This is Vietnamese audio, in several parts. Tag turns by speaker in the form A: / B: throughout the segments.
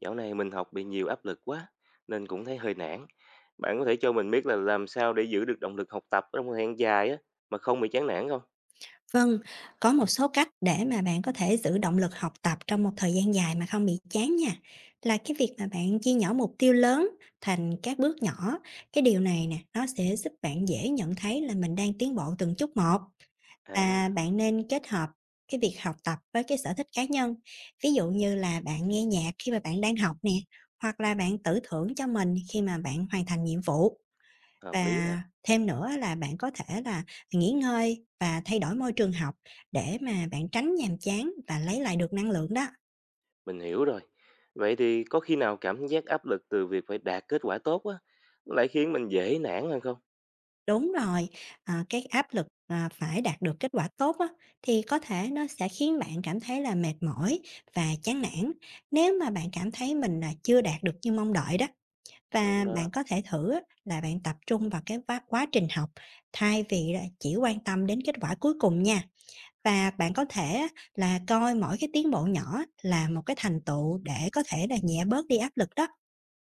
A: Dạo này mình học bị nhiều áp lực quá nên cũng thấy hơi nản. Bạn có thể cho mình biết là làm sao để giữ được động lực học tập trong một thời gian dài á mà không bị chán nản không?
B: Vâng, có một số cách để mà bạn có thể giữ động lực học tập trong một thời gian dài mà không bị chán nha. Là cái việc mà bạn chia nhỏ mục tiêu lớn thành các bước nhỏ. Cái điều này nè, nó sẽ giúp bạn dễ nhận thấy là mình đang tiến bộ từng chút một. Và
A: À,
B: bạn nên kết hợp cái việc học tập với cái sở thích cá nhân. Ví dụ như là bạn nghe nhạc khi mà bạn đang học nè, hoặc là bạn tự thưởng cho mình khi mà bạn hoàn thành nhiệm vụ.
A: hợp lý nè,
B: Và thêm nữa là bạn có thể là nghỉ ngơi và thay đổi môi trường học để mà bạn tránh nhàm chán và lấy lại được năng lượng đó.
A: mình hiểu rồi. Vậy thì có khi nào cảm giác áp lực từ việc phải đạt kết quả tốt á lại khiến mình dễ nản hơn không?
B: Đúng rồi, cái áp lực, phải đạt được kết quả tốt á, thì có thể nó sẽ khiến bạn cảm thấy là mệt mỏi và chán nản. Nếu mà bạn cảm thấy mình là chưa đạt được như mong đợi đó, và
A: Đúng đó,
B: bạn có thể thử á là bạn tập trung vào cái quá trình học thay vì là chỉ quan tâm đến kết quả cuối cùng nha. Và bạn có thể là coi mỗi cái tiến bộ nhỏ là một cái thành tựu để có thể là nhẹ bớt đi áp lực đó.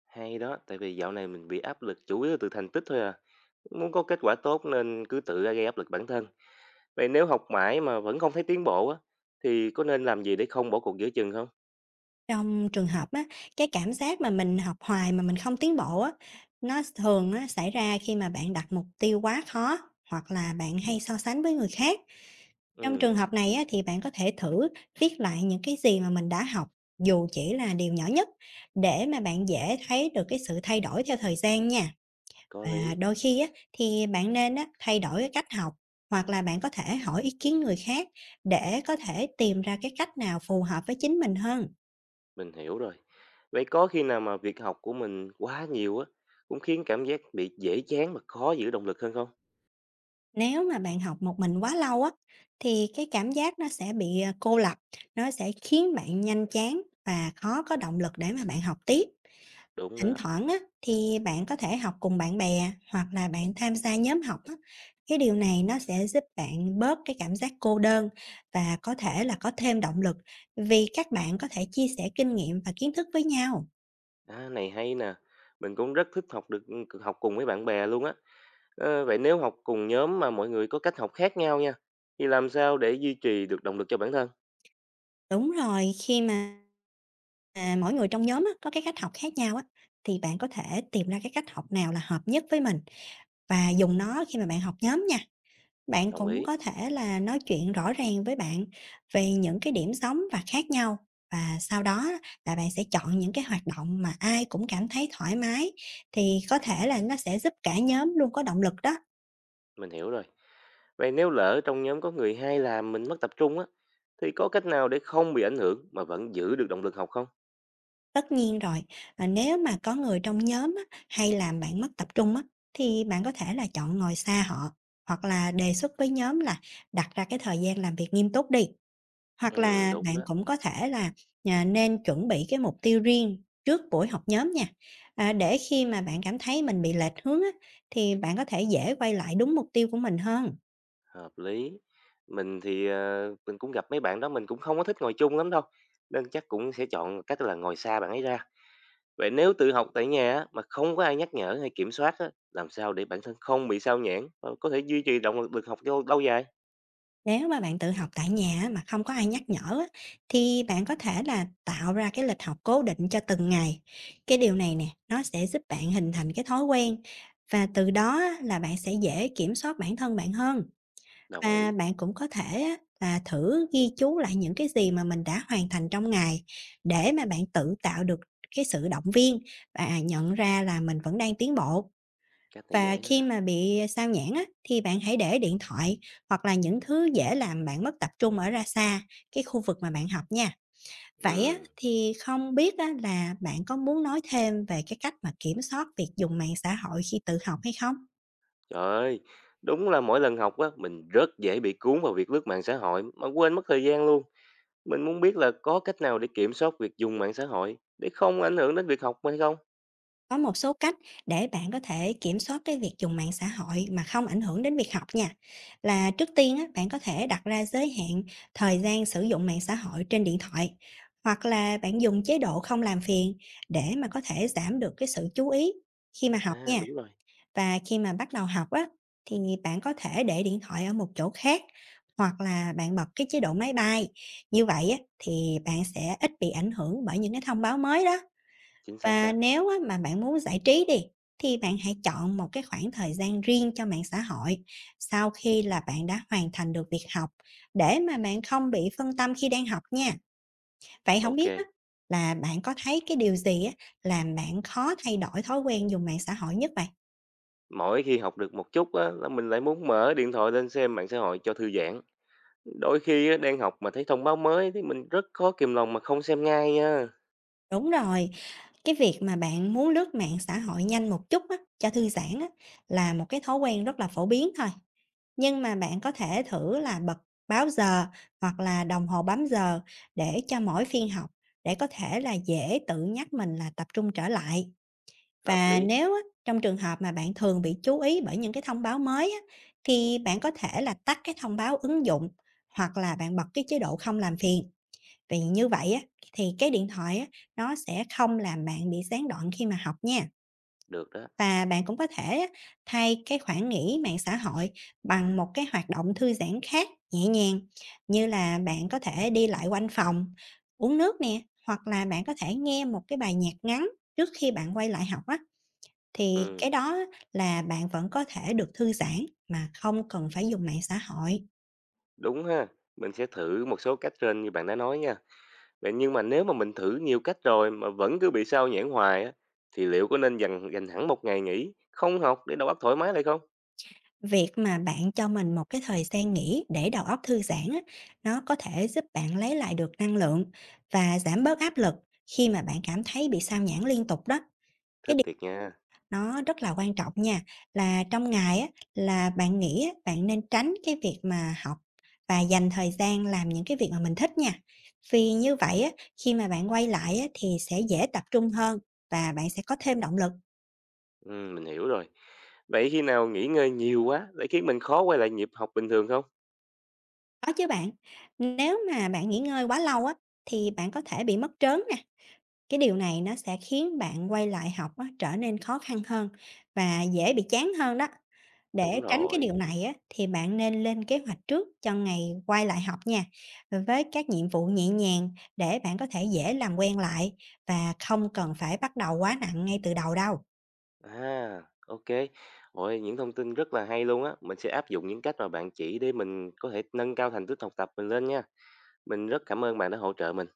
A: hay đó, tại vì dạo này mình bị áp lực chủ yếu từ thành tích thôi à. Muốn có kết quả tốt nên cứ tự ra gây áp lực bản thân. Vậy nếu học mãi mà vẫn không thấy tiến bộ á thì có nên làm gì để không bỏ cuộc giữa chừng không?
B: Trong trường hợp á, cái cảm giác mà mình học hoài mà mình không tiến bộ á, nó thường á xảy ra khi mà bạn đặt mục tiêu quá khó hoặc là bạn hay so sánh với người khác. Trong
A: Ừ.
B: trường hợp này á, thì bạn có thể thử viết lại những cái gì mà mình đã học, dù chỉ là điều nhỏ nhất, để mà bạn dễ thấy được cái sự thay đổi theo thời gian nha.
A: Có
B: Và
A: lý,
B: đôi khi á, thì bạn nên á, thay đổi cái cách học hoặc là bạn có thể hỏi ý kiến người khác để có thể tìm ra cái cách nào phù hợp với chính mình hơn.
A: mình hiểu rồi. Vậy có khi nào mà việc học của mình quá nhiều á cũng khiến cảm giác bị dễ chán và khó giữ động lực hơn không?
B: Nếu mà bạn học một mình quá lâu á, thì cái cảm giác nó sẽ bị cô lập, nó sẽ khiến bạn nhanh chán và khó có động lực để mà bạn học tiếp.
A: Đúng
B: Thỉnh
A: đó.
B: thoảng á, thì bạn có thể học cùng bạn bè hoặc là bạn tham gia nhóm học á. Cái điều này nó sẽ giúp bạn bớt cái cảm giác cô đơn và có thể là có thêm động lực vì các bạn có thể chia sẻ kinh nghiệm và kiến thức với nhau.
A: À, này hay nè. Mình cũng rất thích học cùng với bạn bè luôn á. Vậy nếu học cùng nhóm mà mọi người có cách học khác nhau nha, thì làm sao để duy trì được động lực cho bản thân?
B: Đúng rồi, khi mà mỗi người trong nhóm á, có cái cách học khác nhau á, thì bạn có thể tìm ra cái cách học nào là hợp nhất với mình và dùng nó khi mà bạn học nhóm nha. Bạn
A: Đồng
B: cũng
A: ý,
B: có thể là nói chuyện rõ ràng với bạn về những cái điểm giống và khác nhau, và sau đó là bạn sẽ chọn những cái hoạt động mà ai cũng cảm thấy thoải mái, thì có thể là nó sẽ giúp cả nhóm luôn có động lực đó.
A: mình hiểu rồi. Vậy nếu lỡ trong nhóm có người hay làm mình mất tập trung á, thì có cách nào để không bị ảnh hưởng mà vẫn giữ được động lực học không?
B: Tất nhiên rồi, nếu mà có người trong nhóm á, hay làm bạn mất tập trung á, thì bạn có thể là chọn ngồi xa họ hoặc là đề xuất với nhóm là đặt ra cái thời gian làm việc nghiêm túc đi. Hoặc
A: Ừ,
B: là
A: đúng
B: bạn
A: đó.
B: cũng có thể là, nên chuẩn bị cái mục tiêu riêng trước buổi họp nhóm nha, để khi mà bạn cảm thấy mình bị lệch hướng á, thì bạn có thể dễ quay lại đúng mục tiêu của mình hơn.
A: Hợp lý. Mình thì, mình cũng gặp mấy bạn đó, mình cũng không có thích ngồi chung lắm đâu, nên chắc cũng sẽ chọn cách là ngồi xa bạn ấy ra. Vậy nếu tự học tại nhà á, mà không có ai nhắc nhở hay kiểm soát á, làm sao để bản thân không bị sao nhãng và có thể duy trì động lực được học lâu lâu dài?
B: Nếu mà bạn tự học tại nhà á, mà không có ai nhắc nhở á, thì bạn có thể là tạo ra cái lịch học cố định cho từng ngày. Cái điều này nè, nó sẽ giúp bạn hình thành cái thói quen, và từ đó á, là bạn sẽ dễ kiểm soát bản thân bạn hơn.
A: Đồng
B: Và
A: ý,
B: bạn cũng có thể á, là thử ghi chú lại những cái gì mà mình đã hoàn thành trong ngày để mà bạn tự tạo được cái sự động viên và nhận ra là mình vẫn đang tiến bộ.
A: cách này
B: Và
A: dễ nữa nè.
B: khi mà bị sao nhãng á, thì bạn hãy để điện thoại hoặc là những thứ dễ làm bạn mất tập trung ở ra xa cái khu vực mà bạn học nha. Vậy á,
A: Ừ.
B: thì không biết á, là bạn có muốn nói thêm về cái cách mà kiểm soát việc dùng mạng xã hội khi tự học hay không?
A: Trời ơi, đúng là mỗi lần học á, mình rất dễ bị cuốn vào việc lướt mạng xã hội mà quên mất thời gian luôn. Mình muốn biết là có cách nào để kiểm soát việc dùng mạng xã hội để không ảnh hưởng đến việc học hay không?
B: Có một số cách để bạn có thể kiểm soát cái việc dùng mạng xã hội mà không ảnh hưởng đến việc học nha. Là trước tiên á, bạn có thể đặt ra giới hạn thời gian sử dụng mạng xã hội trên điện thoại hoặc là bạn dùng chế độ không làm phiền để mà có thể giảm được cái sự chú ý khi mà học
A: À,
B: nha.
A: đúng rồi,
B: Và khi mà bắt đầu học á thì bạn có thể để điện thoại ở một chỗ khác hoặc là bạn bật cái chế độ máy bay. Như vậy á thì bạn sẽ ít bị ảnh hưởng bởi những cái thông báo mới đó.
A: chính xác
B: Và
A: đó.
B: nếu á mà bạn muốn giải trí đi, thì bạn hãy chọn một cái khoảng thời gian riêng cho mạng xã hội sau khi là bạn đã hoàn thành được việc học, để mà bạn không bị phân tâm khi đang học nha. Vậy không biết
A: OK,
B: á là bạn có thấy cái điều gì á làm bạn khó thay đổi thói quen dùng mạng xã hội nhất vậy?
A: mỗi khi học được một chút á là mình lại muốn mở điện thoại lên xem mạng xã hội cho thư giãn. Đôi khi á, đang học mà thấy thông báo mới thì mình rất khó kìm lòng mà không xem ngay nha.
B: Đúng rồi, cái việc mà bạn muốn lướt mạng xã hội nhanh một chút á, cho thư giãn á, là một cái thói quen rất là phổ biến thôi. Nhưng mà bạn có thể thử là bật báo giờ hoặc là đồng hồ bấm giờ để cho mỗi phiên học, để có thể là dễ tự nhắc mình là tập trung trở lại.
A: Hợp
B: Và
A: lý,
B: nếu á, trong trường hợp mà bạn thường bị chú ý bởi những cái thông báo mới á, thì bạn có thể là tắt cái thông báo ứng dụng hoặc là bạn bật cái chế độ không làm phiền. Vì như vậy á, thì cái điện thoại á, nó sẽ không làm bạn bị gián đoạn khi mà học nha.
A: được đó.
B: Và bạn cũng có thể á, thay cái khoảng nghỉ mạng xã hội bằng một cái hoạt động thư giãn khác nhẹ nhàng, như là bạn có thể đi lại quanh phòng, uống nước nè, hoặc là bạn có thể nghe một cái bài nhạc ngắn trước khi bạn quay lại học á. Thì cái
A: Ừ,
B: đó á là bạn vẫn có thể được thư giãn mà không cần phải dùng mạng xã hội.
A: đúng ha. Mình sẽ thử một số cách trên như bạn đã nói nha. Vậy nhưng mà nếu mà mình thử nhiều cách rồi mà vẫn cứ bị sao nhãng hoài á, thì liệu có nên dành dành hẳn một ngày nghỉ không học để đầu óc thoải mái lại không?
B: Việc mà bạn cho mình một cái thời gian nghỉ để đầu óc thư giãn á, nó có thể giúp bạn lấy lại được năng lượng và giảm bớt áp lực khi mà bạn cảm thấy bị sao nhãng liên tục đó. Cái
A: Thích
B: điều
A: thiệt nha.
B: nó rất là quan trọng nha, là trong ngày á, là bạn nghĩ á, bạn nên tránh cái việc mà học và dành thời gian làm những cái việc mà mình thích nha. Vì như vậy á, khi mà bạn quay lại á, thì sẽ dễ tập trung hơn và bạn sẽ có thêm động lực.
A: Ừ, mình hiểu rồi. Vậy khi nào nghỉ ngơi nhiều quá lại khiến mình khó quay lại nhịp học bình thường không?
B: Có chứ bạn, nếu mà bạn nghỉ ngơi quá lâu á, thì bạn có thể bị mất trớn nè, cái điều này nó sẽ khiến bạn quay lại học á, trở nên khó khăn hơn và dễ bị chán hơn đó.
A: Đúng
B: Để tránh cái điều
A: rồi.
B: này á, thì bạn nên lên kế hoạch trước cho ngày quay lại học nha, với các nhiệm vụ nhẹ nhàng để bạn có thể dễ làm quen lại và không cần phải bắt đầu quá nặng ngay từ đầu đâu.
A: À, ok kê. Ôi, những thông tin rất là hay luôn á. Mình sẽ áp dụng những cách mà bạn chỉ để mình có thể nâng cao thành tích học tập mình lên nha. Mình rất cảm ơn bạn đã hỗ trợ mình.